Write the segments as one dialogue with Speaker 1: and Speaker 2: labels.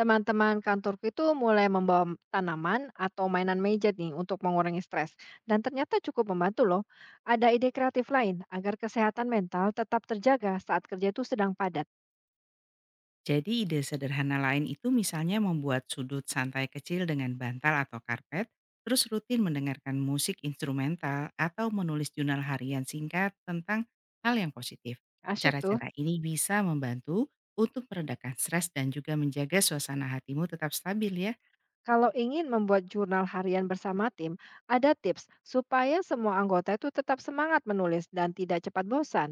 Speaker 1: Teman-teman kantorku itu mulai membawa tanaman atau mainan meja nih untuk mengurangi stres. Dan ternyata cukup membantu loh. Ada ide kreatif lain agar kesehatan mental tetap terjaga saat kerja itu sedang padat.
Speaker 2: Jadi ide sederhana lain itu misalnya membuat sudut santai kecil dengan bantal atau karpet, terus rutin mendengarkan musik instrumental atau menulis jurnal harian singkat tentang hal yang positif.
Speaker 1: Asyik tuh.
Speaker 2: Cara-cara ini bisa membantu untuk meredakan stres dan juga menjaga suasana hatimu tetap stabil ya.
Speaker 1: Kalau ingin membuat jurnal harian bersama tim, ada tips supaya semua anggota itu tetap semangat menulis dan tidak cepat bosan.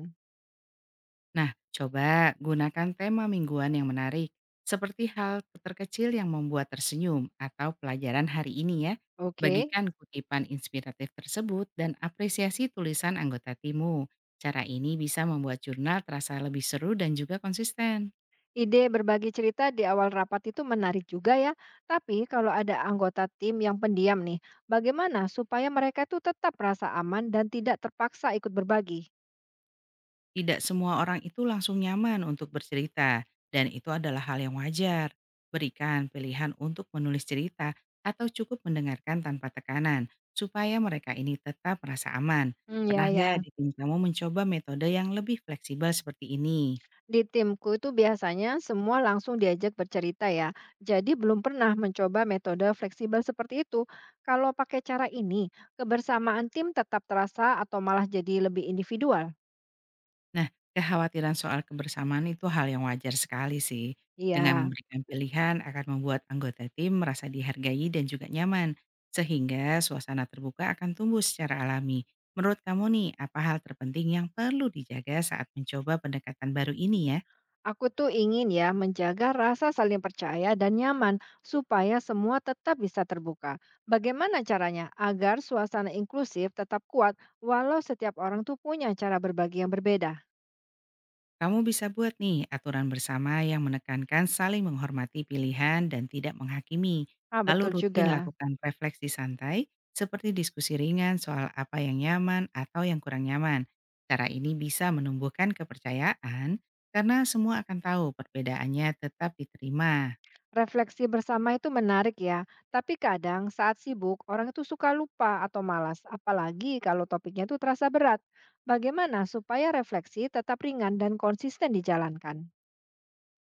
Speaker 2: Nah, coba gunakan tema mingguan yang menarik, seperti hal terkecil yang membuat tersenyum atau pelajaran hari ini ya.
Speaker 1: Oke.
Speaker 2: Bagikan kutipan inspiratif tersebut dan apresiasi tulisan anggota timu. Cara ini bisa membuat jurnal terasa lebih seru dan juga konsisten.
Speaker 1: Ide berbagi cerita di awal rapat itu menarik juga ya. Tapi kalau ada anggota tim yang pendiam nih, bagaimana supaya mereka tuh tetap merasa aman dan tidak terpaksa ikut berbagi?
Speaker 2: Tidak semua orang itu langsung nyaman untuk bercerita, dan itu adalah hal yang wajar. Berikan pilihan untuk menulis cerita atau cukup mendengarkan tanpa tekanan, supaya mereka ini tetap merasa aman.
Speaker 1: Hmm, ya,
Speaker 2: Pernah nggak
Speaker 1: ya.
Speaker 2: di tim kamu mencoba metode yang lebih fleksibel seperti ini?
Speaker 1: Di timku itu biasanya semua langsung diajak bercerita ya. Jadi belum pernah mencoba metode fleksibel seperti itu. Kalau pakai cara ini, kebersamaan tim tetap terasa atau malah jadi lebih individual?
Speaker 2: Nah, kekhawatiran soal kebersamaan itu hal yang wajar sekali sih. Dengan
Speaker 1: Iya.
Speaker 2: memberikan pilihan akan membuat anggota tim merasa dihargai dan juga nyaman, sehingga suasana terbuka akan tumbuh secara alami. Menurut kamu nih, apa hal terpenting yang perlu dijaga saat mencoba pendekatan baru ini ya?
Speaker 1: Aku tuh ingin ya menjaga rasa saling percaya dan nyaman supaya semua tetap bisa terbuka. Bagaimana caranya agar suasana inklusif tetap kuat walau setiap orang tuh punya cara berbagi yang berbeda?
Speaker 2: Kamu bisa buat nih aturan bersama yang menekankan saling menghormati pilihan dan tidak menghakimi.
Speaker 1: Ah, betul
Speaker 2: Lalu rutin
Speaker 1: juga.
Speaker 2: lakukan refleksi santai seperti diskusi ringan soal apa yang nyaman atau yang kurang nyaman. Cara ini bisa menumbuhkan kepercayaan karena semua akan tahu perbedaannya tetap diterima.
Speaker 1: Refleksi bersama itu menarik ya, tapi kadang saat sibuk orang itu suka lupa atau malas, apalagi kalau topiknya itu terasa berat. Bagaimana supaya refleksi tetap ringan dan konsisten dijalankan?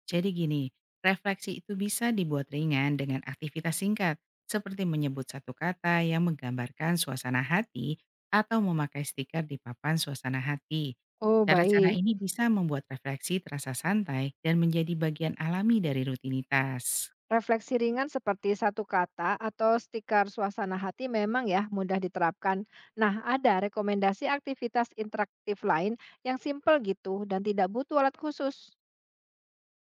Speaker 2: Jadi gini, refleksi itu bisa dibuat ringan dengan aktivitas singkat, seperti menyebut satu kata yang menggambarkan suasana hati atau memakai stiker di papan suasana hati.
Speaker 1: Oh,
Speaker 2: Cara-cara
Speaker 1: baik.
Speaker 2: ini bisa membuat refleksi terasa santai dan menjadi bagian alami dari rutinitas.
Speaker 1: Refleksi ringan seperti satu kata atau stiker suasana hati memang ya mudah diterapkan. Nah, ada rekomendasi aktivitas interaktif lain yang simpel gitu dan tidak butuh alat khusus.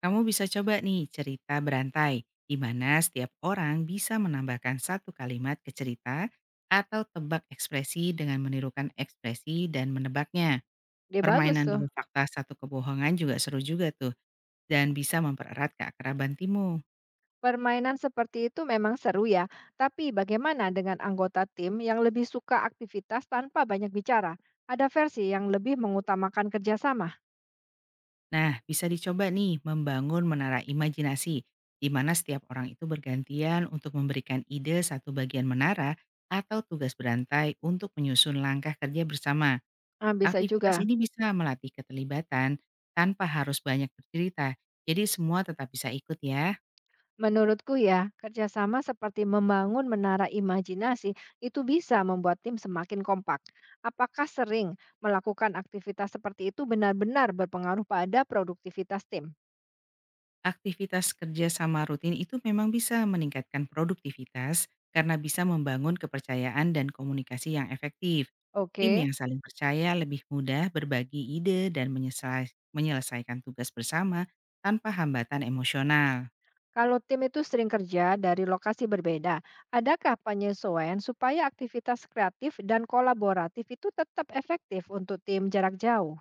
Speaker 2: Kamu bisa coba nih cerita berantai, di mana setiap orang bisa menambahkan satu kalimat ke cerita atau tebak ekspresi dengan menirukan ekspresi dan menebaknya.
Speaker 1: Dia bagus
Speaker 2: Permainan
Speaker 1: tuh.
Speaker 2: 2 fakta, satu kebohongan juga seru juga tuh, dan bisa mempererat keakraban timu.
Speaker 1: Permainan seperti itu memang seru ya, tapi bagaimana dengan anggota tim yang lebih suka aktivitas tanpa banyak bicara? Ada versi yang lebih mengutamakan kerjasama.
Speaker 2: Nah, bisa dicoba nih membangun menara imajinasi, di mana setiap orang itu bergantian untuk memberikan ide satu bagian menara atau tugas berantai untuk menyusun langkah kerja bersama.
Speaker 1: Ah, bisa
Speaker 2: Aktivitas
Speaker 1: juga.
Speaker 2: ini bisa melatih keterlibatan tanpa harus banyak bercerita, jadi semua tetap bisa ikut ya.
Speaker 1: Menurutku ya, kerjasama seperti membangun menara imajinasi itu bisa membuat tim semakin kompak. Apakah sering melakukan aktivitas seperti itu benar-benar berpengaruh pada produktivitas tim?
Speaker 2: Aktivitas kerjasama rutin itu memang bisa meningkatkan produktivitas karena bisa membangun kepercayaan dan komunikasi yang efektif.
Speaker 1: Oke,
Speaker 2: Tim yang saling percaya lebih mudah berbagi ide dan menyelesaikan tugas bersama tanpa hambatan emosional.
Speaker 1: kalau tim itu sering kerja dari lokasi berbeda, adakah penyesuaian supaya aktivitas kreatif dan kolaboratif itu tetap efektif untuk tim jarak jauh?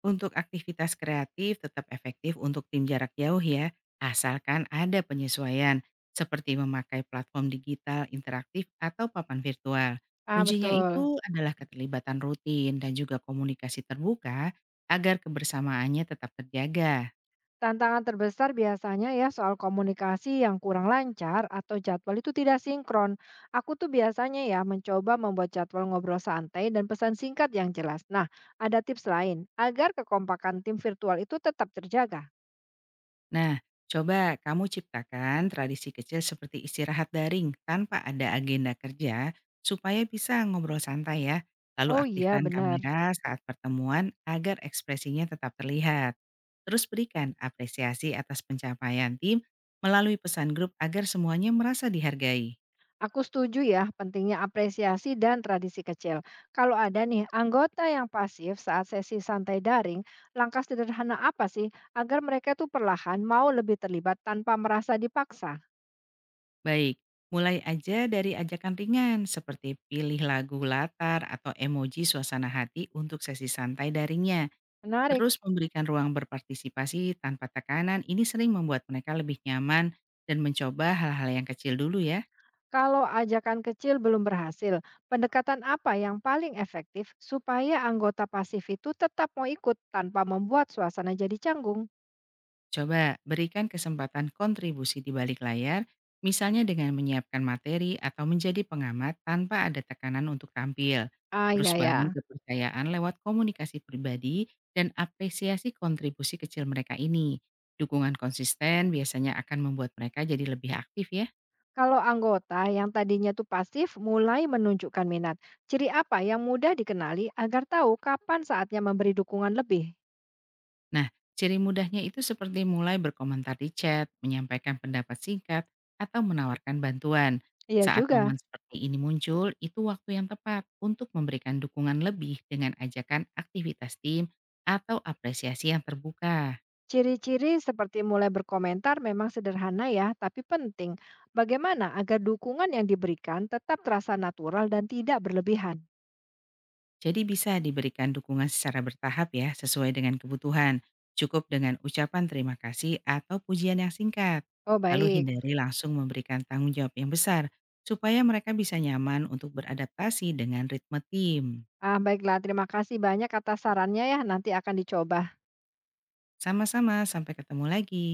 Speaker 2: Untuk aktivitas kreatif tetap efektif untuk tim jarak jauh ya, asalkan ada penyesuaian seperti memakai platform digital interaktif atau papan virtual.
Speaker 1: Ah,
Speaker 2: Kuncinya
Speaker 1: betul.
Speaker 2: itu adalah keterlibatan rutin dan juga komunikasi terbuka agar kebersamaannya tetap terjaga.
Speaker 1: Tantangan terbesar biasanya ya soal komunikasi yang kurang lancar atau jadwal itu tidak sinkron. Aku tuh biasanya ya mencoba membuat jadwal ngobrol santai dan pesan singkat yang jelas. Nah, ada tips lain agar kekompakan tim virtual itu tetap terjaga.
Speaker 2: Nah, coba kamu ciptakan tradisi kecil seperti istirahat daring tanpa ada agenda kerja supaya bisa ngobrol santai ya. Lalu
Speaker 1: Oh iya,
Speaker 2: aktifkan
Speaker 1: benar.
Speaker 2: kamera saat pertemuan agar ekspresinya tetap terlihat. Terus berikan apresiasi atas pencapaian tim melalui pesan grup agar semuanya merasa dihargai.
Speaker 1: Aku setuju ya, pentingnya apresiasi dan tradisi kecil. Kalau ada nih anggota yang pasif saat sesi santai daring, langkah sederhana apa sih agar mereka tuh perlahan mau lebih terlibat tanpa merasa dipaksa?
Speaker 2: Baik, mulai aja dari ajakan ringan seperti pilih lagu latar atau emoji suasana hati untuk sesi santai daringnya.
Speaker 1: Menarik.
Speaker 2: Terus memberikan ruang berpartisipasi tanpa tekanan ini sering membuat mereka lebih nyaman dan mencoba hal-hal yang kecil dulu ya.
Speaker 1: Kalau ajakan kecil belum berhasil, pendekatan apa yang paling efektif supaya anggota pasif itu tetap mau ikut tanpa membuat suasana jadi canggung?
Speaker 2: Coba berikan kesempatan kontribusi di balik layar, misalnya dengan menyiapkan materi atau menjadi pengamat tanpa ada tekanan untuk tampil.
Speaker 1: Ah, ya,
Speaker 2: Terus bangun
Speaker 1: ya.
Speaker 2: kepercayaan lewat komunikasi pribadi dan apresiasi kontribusi kecil mereka ini. Dukungan konsisten biasanya akan membuat mereka jadi lebih aktif ya.
Speaker 1: Kalau anggota yang tadinya tuh pasif mulai menunjukkan minat, ciri apa yang mudah dikenali agar tahu kapan saatnya memberi dukungan lebih?
Speaker 2: Nah, ciri mudahnya itu seperti mulai berkomentar di chat, menyampaikan pendapat singkat, atau menawarkan bantuan.
Speaker 1: Iya
Speaker 2: Saat
Speaker 1: juga,
Speaker 2: momen seperti ini muncul, itu waktu yang tepat untuk memberikan dukungan lebih dengan ajakan aktivitas tim atau apresiasi yang terbuka.
Speaker 1: ciri-ciri seperti mulai berkomentar memang sederhana ya, tapi penting. Bagaimana agar dukungan yang diberikan tetap terasa natural dan tidak berlebihan?
Speaker 2: Jadi bisa diberikan dukungan secara bertahap ya, sesuai dengan kebutuhan. Cukup dengan ucapan terima kasih atau pujian yang singkat.
Speaker 1: Oh,
Speaker 2: Lalu
Speaker 1: baik.
Speaker 2: hindari langsung memberikan tanggung jawab yang besar, supaya mereka bisa nyaman untuk beradaptasi dengan ritme tim.
Speaker 1: Ah, baiklah, terima kasih banyak atas sarannya ya, nanti akan dicoba.
Speaker 2: Sama-sama, sampai ketemu lagi.